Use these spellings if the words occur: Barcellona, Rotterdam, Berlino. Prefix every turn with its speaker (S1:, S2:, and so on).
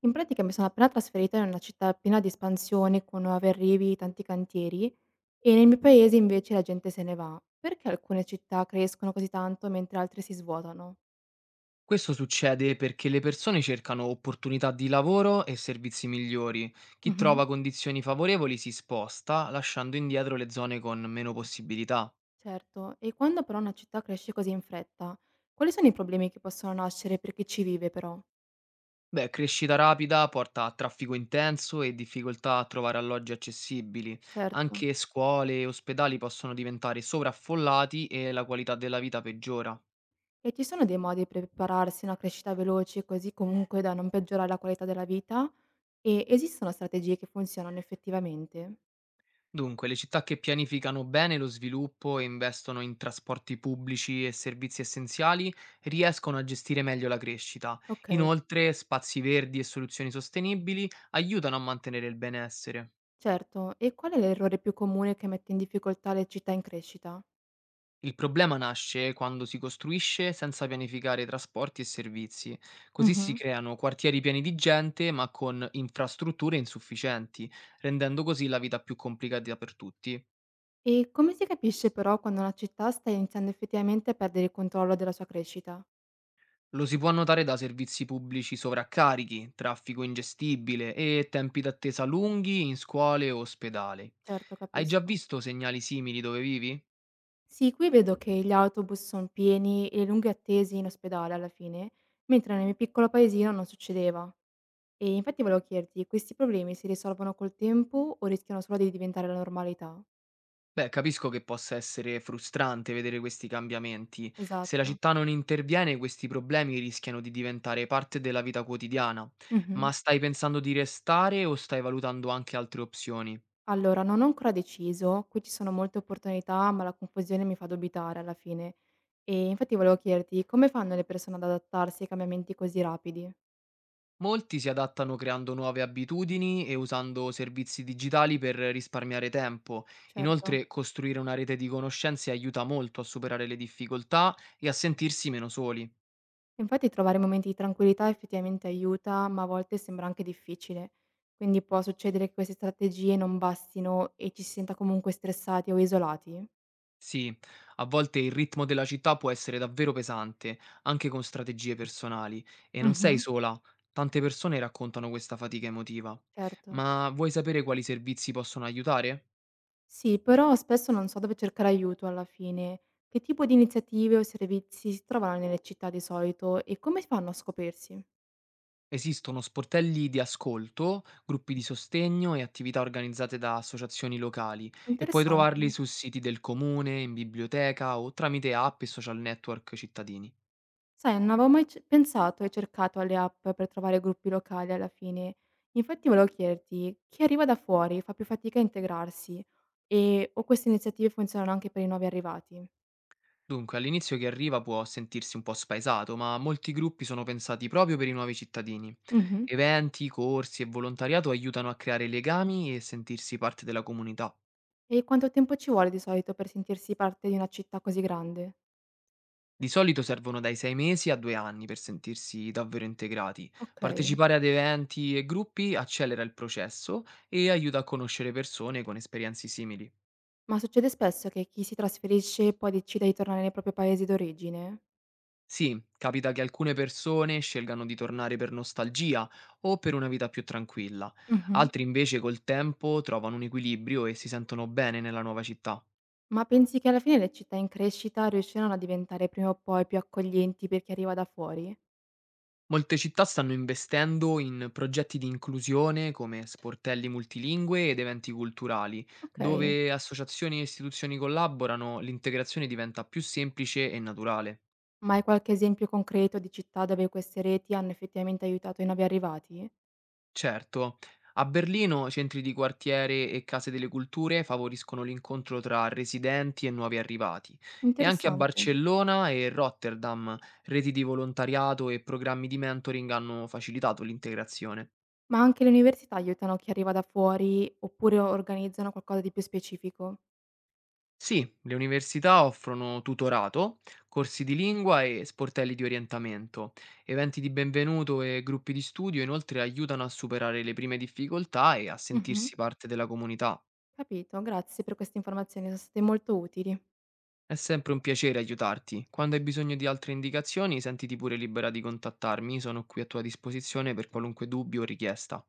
S1: In pratica mi sono appena trasferita in una città piena di espansione, con nuovi arrivi, tanti cantieri, e nei miei paesi invece la gente se ne va. Perché alcune città crescono così tanto mentre altre si svuotano?
S2: Questo succede perché le persone cercano opportunità di lavoro e servizi migliori. Chi
S1: Mhm.
S2: trova condizioni favorevoli si sposta, lasciando indietro le zone con meno possibilità.
S1: Certo, e quando però una città cresce così in fretta, quali sono i problemi che possono nascere per chi ci vive però?
S2: Beh, crescita rapida porta a traffico intenso e difficoltà a trovare alloggi accessibili.
S1: Certo.
S2: Anche scuole e ospedali possono diventare sovraffollati e la qualità della vita peggiora.
S1: E ci sono dei modi per prepararsi a una crescita veloce così comunque da non peggiorare la qualità della vita? E esistono strategie che funzionano effettivamente?
S2: Dunque, le città che pianificano bene lo sviluppo e investono in trasporti pubblici e servizi essenziali riescono a gestire meglio la crescita.
S1: Ok.
S2: Inoltre, spazi verdi e soluzioni sostenibili aiutano a mantenere il benessere.
S1: Certo, e qual è l'errore più comune che mette in difficoltà le città in crescita?
S2: Il problema nasce quando si costruisce senza pianificare trasporti e servizi. Così si
S1: Mh-mh.
S2: creano quartieri pieni di gente ma con infrastrutture insufficienti, rendendo così la vita più complicata per tutti.
S1: E come si capisce però quando una città sta iniziando effettivamente a perdere il controllo della sua crescita?
S2: Lo si può notare da servizi pubblici sovraccarichi, traffico ingestibile e tempi d'attesa lunghi in scuole o ospedali.
S1: Certo,
S2: Hai già
S1: capisco.
S2: visto segnali simili dove vivi?
S1: Sì, qui vedo che gli autobus son pieni e le lunghe attese in ospedale alla fine, mentre nel mio piccolo paesino non succedeva. E infatti volevo chiederti, questi problemi si risolvono col tempo o rischiano solo di diventare la normalità?
S2: Beh, capisco che possa essere frustrante vedere questi cambiamenti. Se la
S1: Esatto.
S2: città non interviene, questi problemi rischiano di diventare parte della vita quotidiana.
S1: Mh-mh.
S2: Ma stai pensando di restare o stai valutando anche altre opzioni?
S1: Allora, non ho ancora deciso, qui ci sono molte opportunità, ma la confusione mi fa dubitare alla fine. E infatti volevo chiederti, come fanno le persone ad adattarsi ai cambiamenti così rapidi?
S2: Molti si adattano creando nuove abitudini e usando servizi digitali per risparmiare tempo.
S1: Certo.
S2: Inoltre, costruire una rete di conoscenze aiuta molto a superare le difficoltà e a sentirsi meno soli.
S1: Infatti trovare momenti di tranquillità effettivamente aiuta, ma a volte sembra anche difficile. Quindi può succedere che queste strategie non bastino e ci si senta comunque stressati o isolati?
S2: Sì, a volte il ritmo della città può essere davvero pesante, anche con strategie personali, e non sei
S1: Mhm,
S2: sola. Tante persone raccontano questa fatica emotiva.
S1: certo.
S2: Ma vuoi sapere quali servizi possono aiutare?
S1: Sì, però spesso non so dove cercare aiuto alla fine. Che tipo di iniziative o servizi si trovano nelle città di solito e come fanno a scoprirsi?
S2: Esistono sportelli di ascolto, gruppi di sostegno e attività organizzate da associazioni locali e puoi trovarli
S1: Interessante.
S2: su siti del comune, in biblioteca o tramite app e social network cittadini.
S1: Sai, non avevo mai pensato e cercato alle app per trovare gruppi locali alla fine. Infatti volevo chiederti, chi arriva da fuori fa più fatica a integrarsi e o queste iniziative funzionano anche per i nuovi arrivati?
S2: Dunque, all'inizio chi arriva può sentirsi un po' spaesato, ma molti gruppi sono pensati proprio per i nuovi cittadini.
S1: Mhm.
S2: Eventi, corsi e volontariato aiutano a creare legami e sentirsi parte della comunità.
S1: E quanto tempo ci vuole di solito per sentirsi parte di una città così grande?
S2: Di solito servono dai 6 mesi a 2 anni per sentirsi davvero integrati.
S1: Ok.
S2: Partecipare ad eventi e gruppi accelera il processo e aiuta a conoscere persone con esperienze simili.
S1: Ma succede spesso che chi si trasferisce poi decida di tornare nei propri paesi d'origine?
S2: Sì, capita che alcune persone scelgano di tornare per nostalgia o per una vita più tranquilla,
S1: Mh-mh.
S2: altri invece col tempo trovano un equilibrio e si sentono bene nella nuova città.
S1: Ma pensi che alla fine le città in crescita riusciranno a diventare prima o poi più accoglienti per chi arriva da fuori?
S2: Molte città stanno investendo in progetti di inclusione come sportelli multilingue ed eventi culturali,
S1: Okay.
S2: dove associazioni e istituzioni collaborano, l'integrazione diventa più semplice e naturale.
S1: Ma hai qualche esempio concreto di città dove queste reti hanno effettivamente aiutato i nuovi arrivati?
S2: Certo, a Berlino centri di quartiere e case delle culture favoriscono l'incontro tra residenti e nuovi arrivati e anche a
S1: Interessante.
S2: Barcellona e Rotterdam reti di volontariato e programmi di mentoring hanno facilitato l'integrazione.
S1: Ma anche le università aiutano chi arriva da fuori oppure organizzano qualcosa di più specifico?
S2: Sì, le università offrono tutorato, corsi di lingua e sportelli di orientamento. Eventi di benvenuto e gruppi di studio inoltre aiutano a superare le prime difficoltà e a
S1: Mh-mh.
S2: sentirsi parte della comunità.
S1: Capito, grazie per queste informazioni, son state molto utili.
S2: È sempre un piacere aiutarti. Quando hai bisogno di altre indicazioni, sentiti pure libera di contattarmi, sono qui a tua disposizione per qualunque dubbio o richiesta.